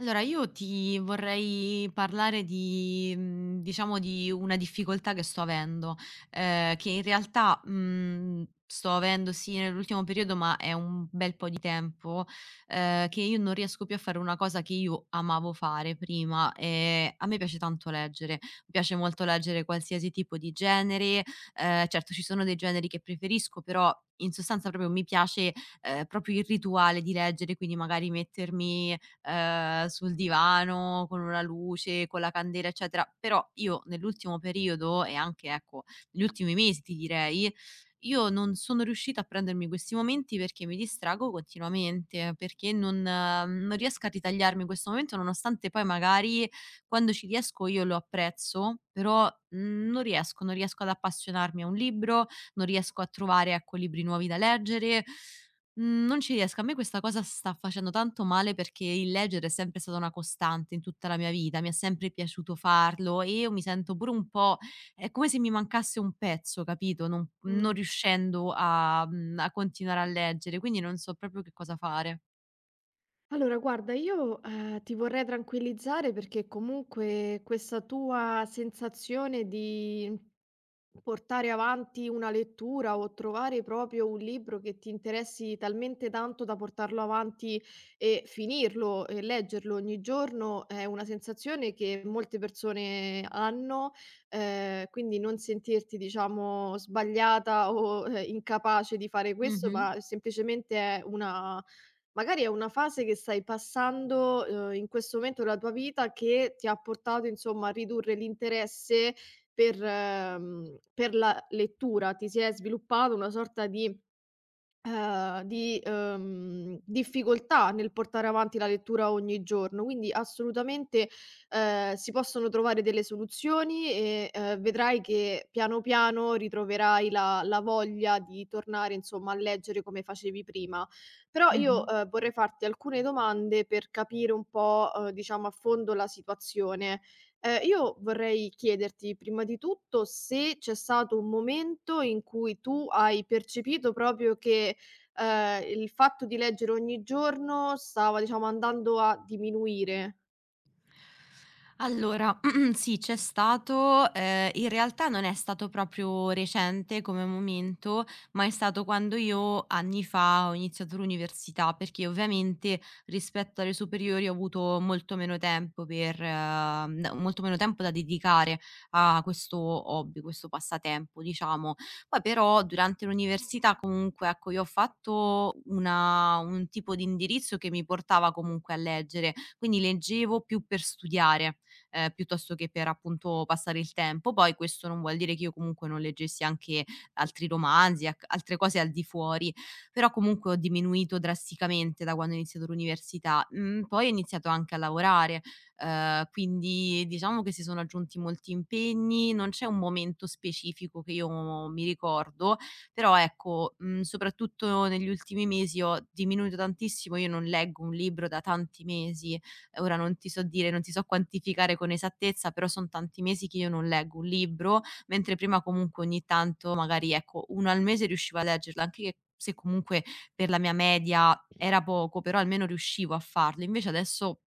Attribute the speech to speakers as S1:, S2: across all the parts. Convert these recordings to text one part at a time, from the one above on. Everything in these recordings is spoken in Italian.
S1: Allora io ti vorrei parlare di diciamo di una difficoltà che sto avendo, che in realtà, sto avendo sì nell'ultimo periodo, ma è un bel po' di tempo, che io non riesco più a fare una cosa che io amavo fare prima. A me piace tanto leggere, mi piace molto leggere qualsiasi tipo di genere, certo ci sono dei generi che preferisco, però in sostanza proprio mi piace, proprio il rituale di leggere, quindi magari mettermi, sul divano, con una luce, con la candela, eccetera. Però io nell'ultimo periodo e anche, ecco, negli ultimi mesi ti direi, io non sono riuscita a prendermi questi momenti perché mi distrago continuamente, perché non riesco a ritagliarmi questo momento, nonostante poi magari quando ci riesco io lo apprezzo, però, non riesco, non riesco ad appassionarmi a un libro, non riesco a trovare, ecco, libri nuovi da leggere. Non ci riesco. A me questa cosa sta facendo tanto male perché il leggere è sempre stata una costante in tutta la mia vita, mi è sempre piaciuto farlo e io mi sento pure un po', è come se mi mancasse un pezzo, capito, non
S2: Mh.
S1: riuscendo a a continuare a leggere, quindi non so proprio che cosa fare.
S2: Allora guarda io, ti vorrei tranquillizzare perché comunque questa tua sensazione di portare avanti una lettura o trovare proprio un libro che ti interessi talmente tanto da portarlo avanti e finirlo e leggerlo ogni giorno, è una sensazione che molte persone hanno, quindi non sentirti diciamo sbagliata o, incapace di fare questo,
S1: Mh-mh.
S2: ma semplicemente è una magari è una fase che stai passando, in questo momento della tua vita che ti ha portato, insomma, a ridurre l'interesse per per la lettura. Ti si è sviluppato una sorta di difficoltà nel portare avanti la lettura ogni giorno, quindi assolutamente, si possono trovare delle soluzioni e, vedrai che piano piano ritroverai la voglia di tornare, insomma, a leggere come facevi prima. Però io,
S1: Mh-mh.
S2: vorrei farti alcune domande per capire un po', diciamo a fondo la situazione. Io vorrei chiederti prima di tutto se c'è stato un momento in cui tu hai percepito proprio che, il fatto di leggere ogni giorno stava diciamo andando a diminuire.
S1: Allora, sì, c'è stato, in realtà non è stato proprio recente come momento, ma è stato quando io anni fa ho iniziato l'università, perché ovviamente rispetto alle superiori ho avuto molto meno tempo per n molto meno tempo da dedicare a questo hobby, questo passatempo, diciamo. Poi però durante l'università comunque, ecco, io ho fatto una un tipo di indirizzo che mi portava comunque a leggere, quindi leggevo più per studiare, piuttosto che per appunto passare il tempo. Poi questo non vuol dire che io comunque non leggessi anche altri romanzi, ac altre cose al di fuori, però comunque ho diminuito drasticamente da quando ho iniziato l'università. Mhmm, Poi ho iniziato anche a lavorare, quindi diciamo che si sono aggiunti molti impegni, non c'è un momento specifico che io mi ricordo, però ecco, soprattutto negli ultimi mesi ho diminuito tantissimo, io non leggo un libro da tanti mesi, ora non ti so dire, non ti so quantificare con esattezza, però son tanti mesi che io non leggo un libro, mentre prima comunque ogni tanto magari, ecco, uno al mese riuscivo a leggerlo, anche che se comunque per la mia media era poco, però almeno riuscivo a farlo. Invece adesso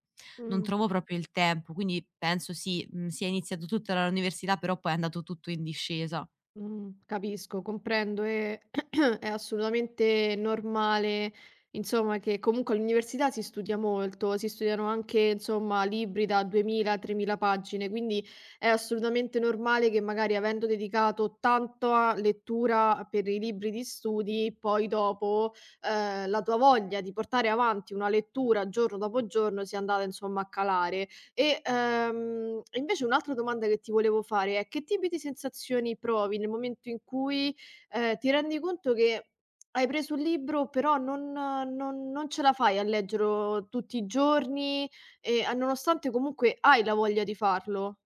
S1: non
S2: Mh.
S1: trovo proprio il tempo, quindi penso sì, sia iniziato tutto dall'università, però poi è andato tutto in discesa.
S2: Capisco, comprendo e è assolutamente normale, insomma, che comunque all'università si studia molto, si studiano anche, insomma, libri da 2.000, 3.000 pagine, quindi è assolutamente normale che magari avendo dedicato tanta lettura per i libri di studi, poi dopo, la tua voglia di portare avanti una lettura giorno dopo giorno sia andata, insomma, a calare. E, invece un'altra domanda che ti volevo fare è: che tipi di sensazioni provi nel momento in cui, ti rendi conto che hai preso un libro, però non ce la fai a leggerlo tutti i giorni e a nonostante comunque hai la voglia di farlo?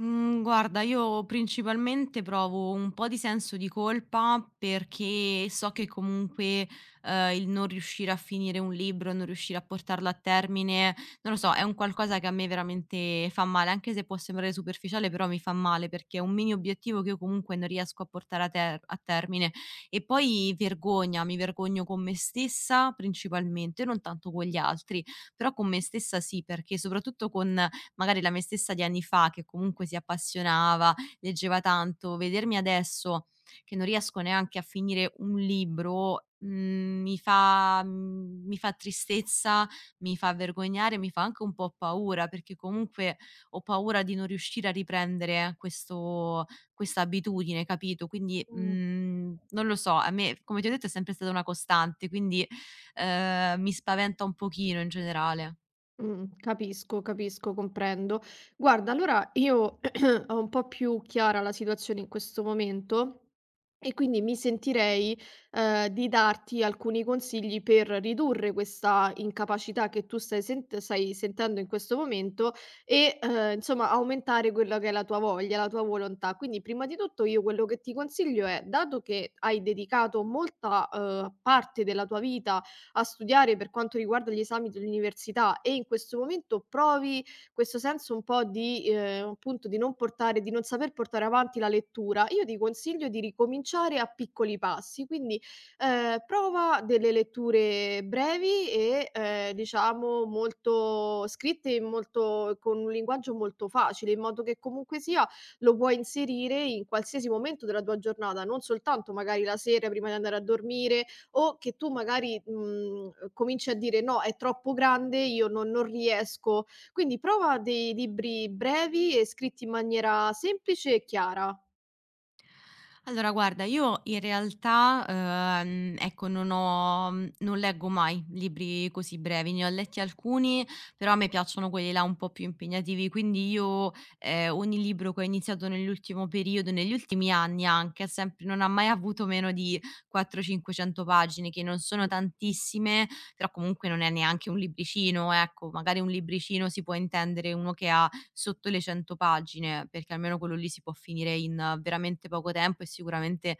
S1: Mhmm, Guarda, io principalmente provo un po' di senso di colpa perché so che comunque, il non riuscire a finire un libro, non riuscire a portarlo a termine, non lo so, è un qualcosa che a me veramente fa male, anche se può sembrare superficiale, però mi fa male perché è un mini obiettivo che io comunque non riesco a portare a termine. E poi vergogna, mi vergogno con me stessa principalmente, non tanto con gli altri, però con me stessa sì, perché soprattutto con magari la me stessa di anni fa che comunque si appassionava, leggeva tanto, vedermi adesso che non riesco neanche a finire un libro, mi fa tristezza, mi fa vergognare, mi fa anche un po' paura, perché comunque ho paura di non riuscire a riprendere questo questa abitudine, capito? Quindi,
S2: Mh.
S1: non lo so, a me come ti ho detto è sempre stata una costante, quindi, mi spaventa un pochino in generale.
S2: Capisco, capisco, comprendo. Guarda, allora io ho un po' più chiara la situazione in questo momento e quindi mi sentirei, di darti alcuni consigli per ridurre questa incapacità che tu stai sentendo in questo momento e, insomma aumentare quella che è la tua voglia, la tua volontà. Quindi prima di tutto io quello che ti consiglio è, dato che hai dedicato molta, parte della tua vita a studiare per quanto riguarda gli esami dell'università e in questo momento provi questo senso un po' di, appunto di non portare di non saper portare avanti la lettura, io ti consiglio di ricominciare a piccoli passi, quindi, prova delle letture brevi e, diciamo molto scritte in molto con un linguaggio molto facile, in modo che comunque sia lo puoi inserire in qualsiasi momento della tua giornata, non soltanto magari la sera prima di andare a dormire o che tu magari, cominci a dire: "No, è troppo grande, io non riesco". Quindi prova dei libri brevi e scritti in maniera semplice e chiara.
S1: Allora guarda, io in realtà, ecco non ho mhmm, non leggo mai libri così brevi, ne ho letti alcuni, però a me piacciono quelli là un po' più impegnativi, quindi io, ogni libro che ho iniziato nell'ultimo periodo, negli ultimi anni anche, è sempre non ha mai avuto meno di 400, 500 pagine, che non sono tantissime, però comunque non è neanche un libricino, ecco. Magari un libricino si può intendere uno che ha sotto le 100 pagine, perché almeno quello lì si può finire in veramente poco tempo e sicuramente,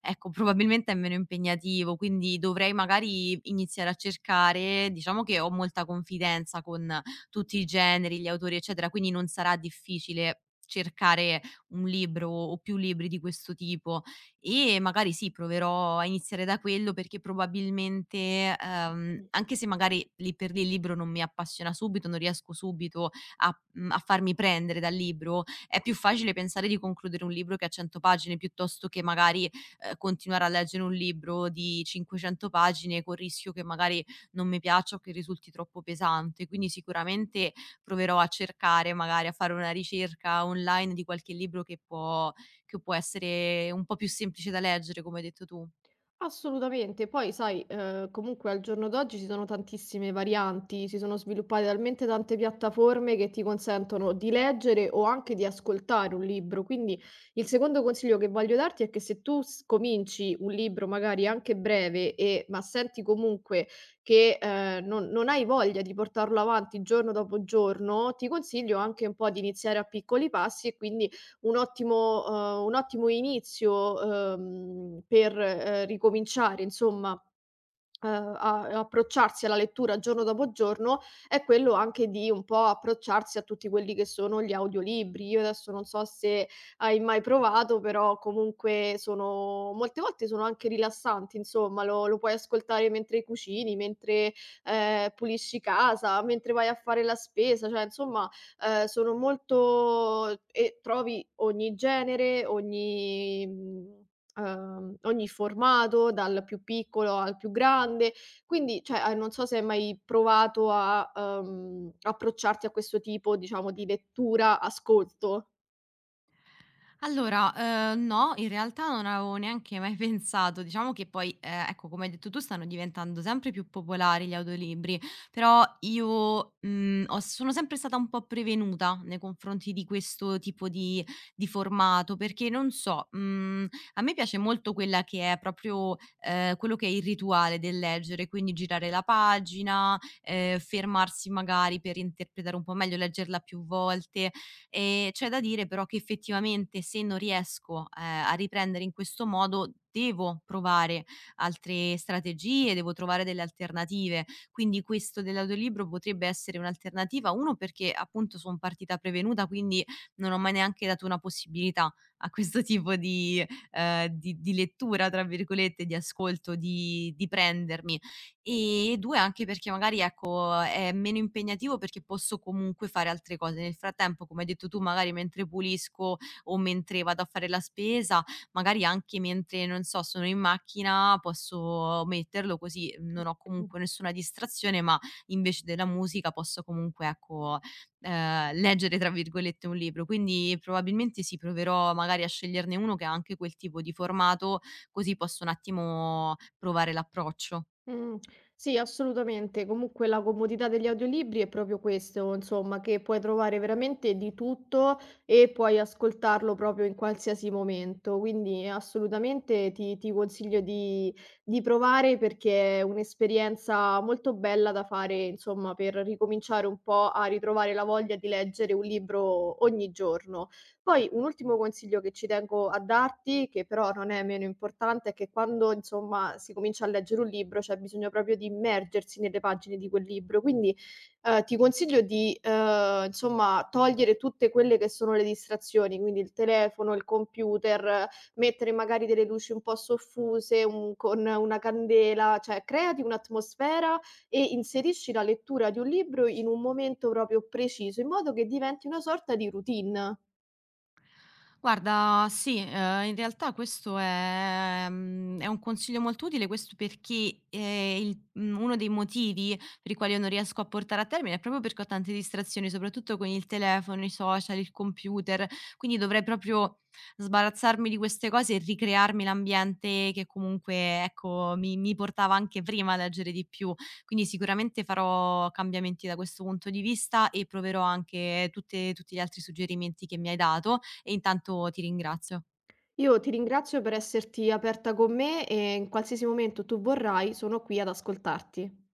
S1: ecco, probabilmente è meno impegnativo, quindi dovrei magari iniziare a cercare, diciamo che ho molta confidenza con tutti i generi, gli autori, eccetera, quindi non sarà difficile cercare un libro o più libri di questo tipo e magari sì, proverò a iniziare da quello perché probabilmente, anche se magari lì per lì il libro non mi appassiona subito, non riesco subito a a farmi prendere dal libro, è più facile pensare di concludere un libro che ha 100 pagine, piuttosto che magari, continuare a leggere un libro di 500 pagine col rischio che magari non mi piaccia o che risulti troppo pesante. Quindi sicuramente proverò a cercare, magari a fare una ricerca online di qualche libro che può essere un po' più semplice da leggere, come hai detto tu.
S2: Assolutamente. Poi sai, comunque al giorno d'oggi ci sono tantissime varianti, si sono sviluppate talmente tante piattaforme che ti consentono di leggere o anche di ascoltare un libro. Quindi il secondo consiglio che voglio darti è che se tu s cominci un libro magari anche breve e ma senti comunque che, non hai voglia di portarlo avanti giorno dopo giorno, ti consiglio anche un po' di iniziare a piccoli passi e quindi un ottimo un ottimo inizio, ricominciare, insomma, a approcciarsi alla lettura giorno dopo giorno, è quello anche di un po' approcciarsi a tutti quelli che sono gli audiolibri. Io adesso non so se hai mai provato, però comunque sono molte volte sono anche rilassanti, insomma, lo puoi ascoltare mentre cucini, mentre, pulisci casa, mentre vai a fare la spesa, cioè insomma, sono molto e trovi ogni genere, ogni formato, dal più piccolo al più grande. Quindi, cioè, non so se hai mai provato a, approcciarti a questo tipo, diciamo, di lettura ascolto.
S1: Allora, no, in realtà non avevo neanche mai pensato. Diciamo che poi, ecco, come hai detto tu, stanno diventando sempre più popolari gli audiolibri, però io, mhmm, ho sono sempre stata un po' prevenuta nei confronti di questo tipo di formato, perché non so, a me piace molto quella che è proprio, quello che è il rituale del leggere, quindi girare la pagina, fermarsi magari per interpretare un po' meglio, leggerla più volte. C'è da dire però che effettivamente se non riesco, a riprendere in questo modo, devo provare altre strategie, devo trovare delle alternative. Quindi questo dell'audiolibro potrebbe essere un'alternativa, uno perché appunto son partita prevenuta, quindi non ho mai neanche dato una possibilità a questo tipo di, di "lettura" tra virgolette, di ascolto, di prendermi e due anche perché magari, ecco, è meno impegnativo perché posso comunque fare altre cose. Nel frattempo, come hai detto tu, magari mentre pulisco o mentre vado a fare la spesa, magari anche mentre, non so, sono in macchina posso metterlo così non ho comunque nessuna distrazione, ma invece della musica posso comunque, ecco, "leggere" tra virgolette un libro. Quindi probabilmente sì, proverò magari a sceglierne uno che ha anche quel tipo di formato, così posso un attimo provare l'approccio.
S2: Mh, sì, assolutamente. Comunque la comodità degli audiolibri è proprio questo, insomma, che puoi trovare veramente di tutto e puoi ascoltarlo proprio in qualsiasi momento. Quindi assolutamente ti consiglio di provare perché è un'esperienza molto bella da fare, insomma, per ricominciare un po' a ritrovare la voglia di leggere un libro ogni giorno. Poi un ultimo consiglio che ci tengo a darti, che però non è meno importante, è che quando insomma si comincia a leggere un libro c'è bisogno proprio di immergersi nelle pagine di quel libro. Quindi ti consiglio di insomma togliere tutte quelle che sono le distrazioni, quindi il telefono, il computer, mettere magari delle luci un po' soffuse, con una candela, cioè creati un'atmosfera e inserisci la lettura di un libro in un momento proprio preciso, in modo che diventi una sorta di routine.
S1: Guarda, sì, in realtà questo è è un consiglio molto utile, questo perché, uno dei motivi per i quali io non riesco a portare a termine è proprio perché ho tante distrazioni, soprattutto con il telefono, i social, il computer, quindi dovrei proprio sbarazzarmi di queste cose e ricrearmi l'ambiente che comunque, ecco, mi portava anche prima a leggere di più. Quindi sicuramente farò cambiamenti da questo punto di vista e proverò anche tutte tutti gli altri suggerimenti che mi hai dato, e intanto ti ringrazio.
S2: Io ti ringrazio per esserti aperta con me e in qualsiasi momento tu vorrai, sono qui ad ascoltarti.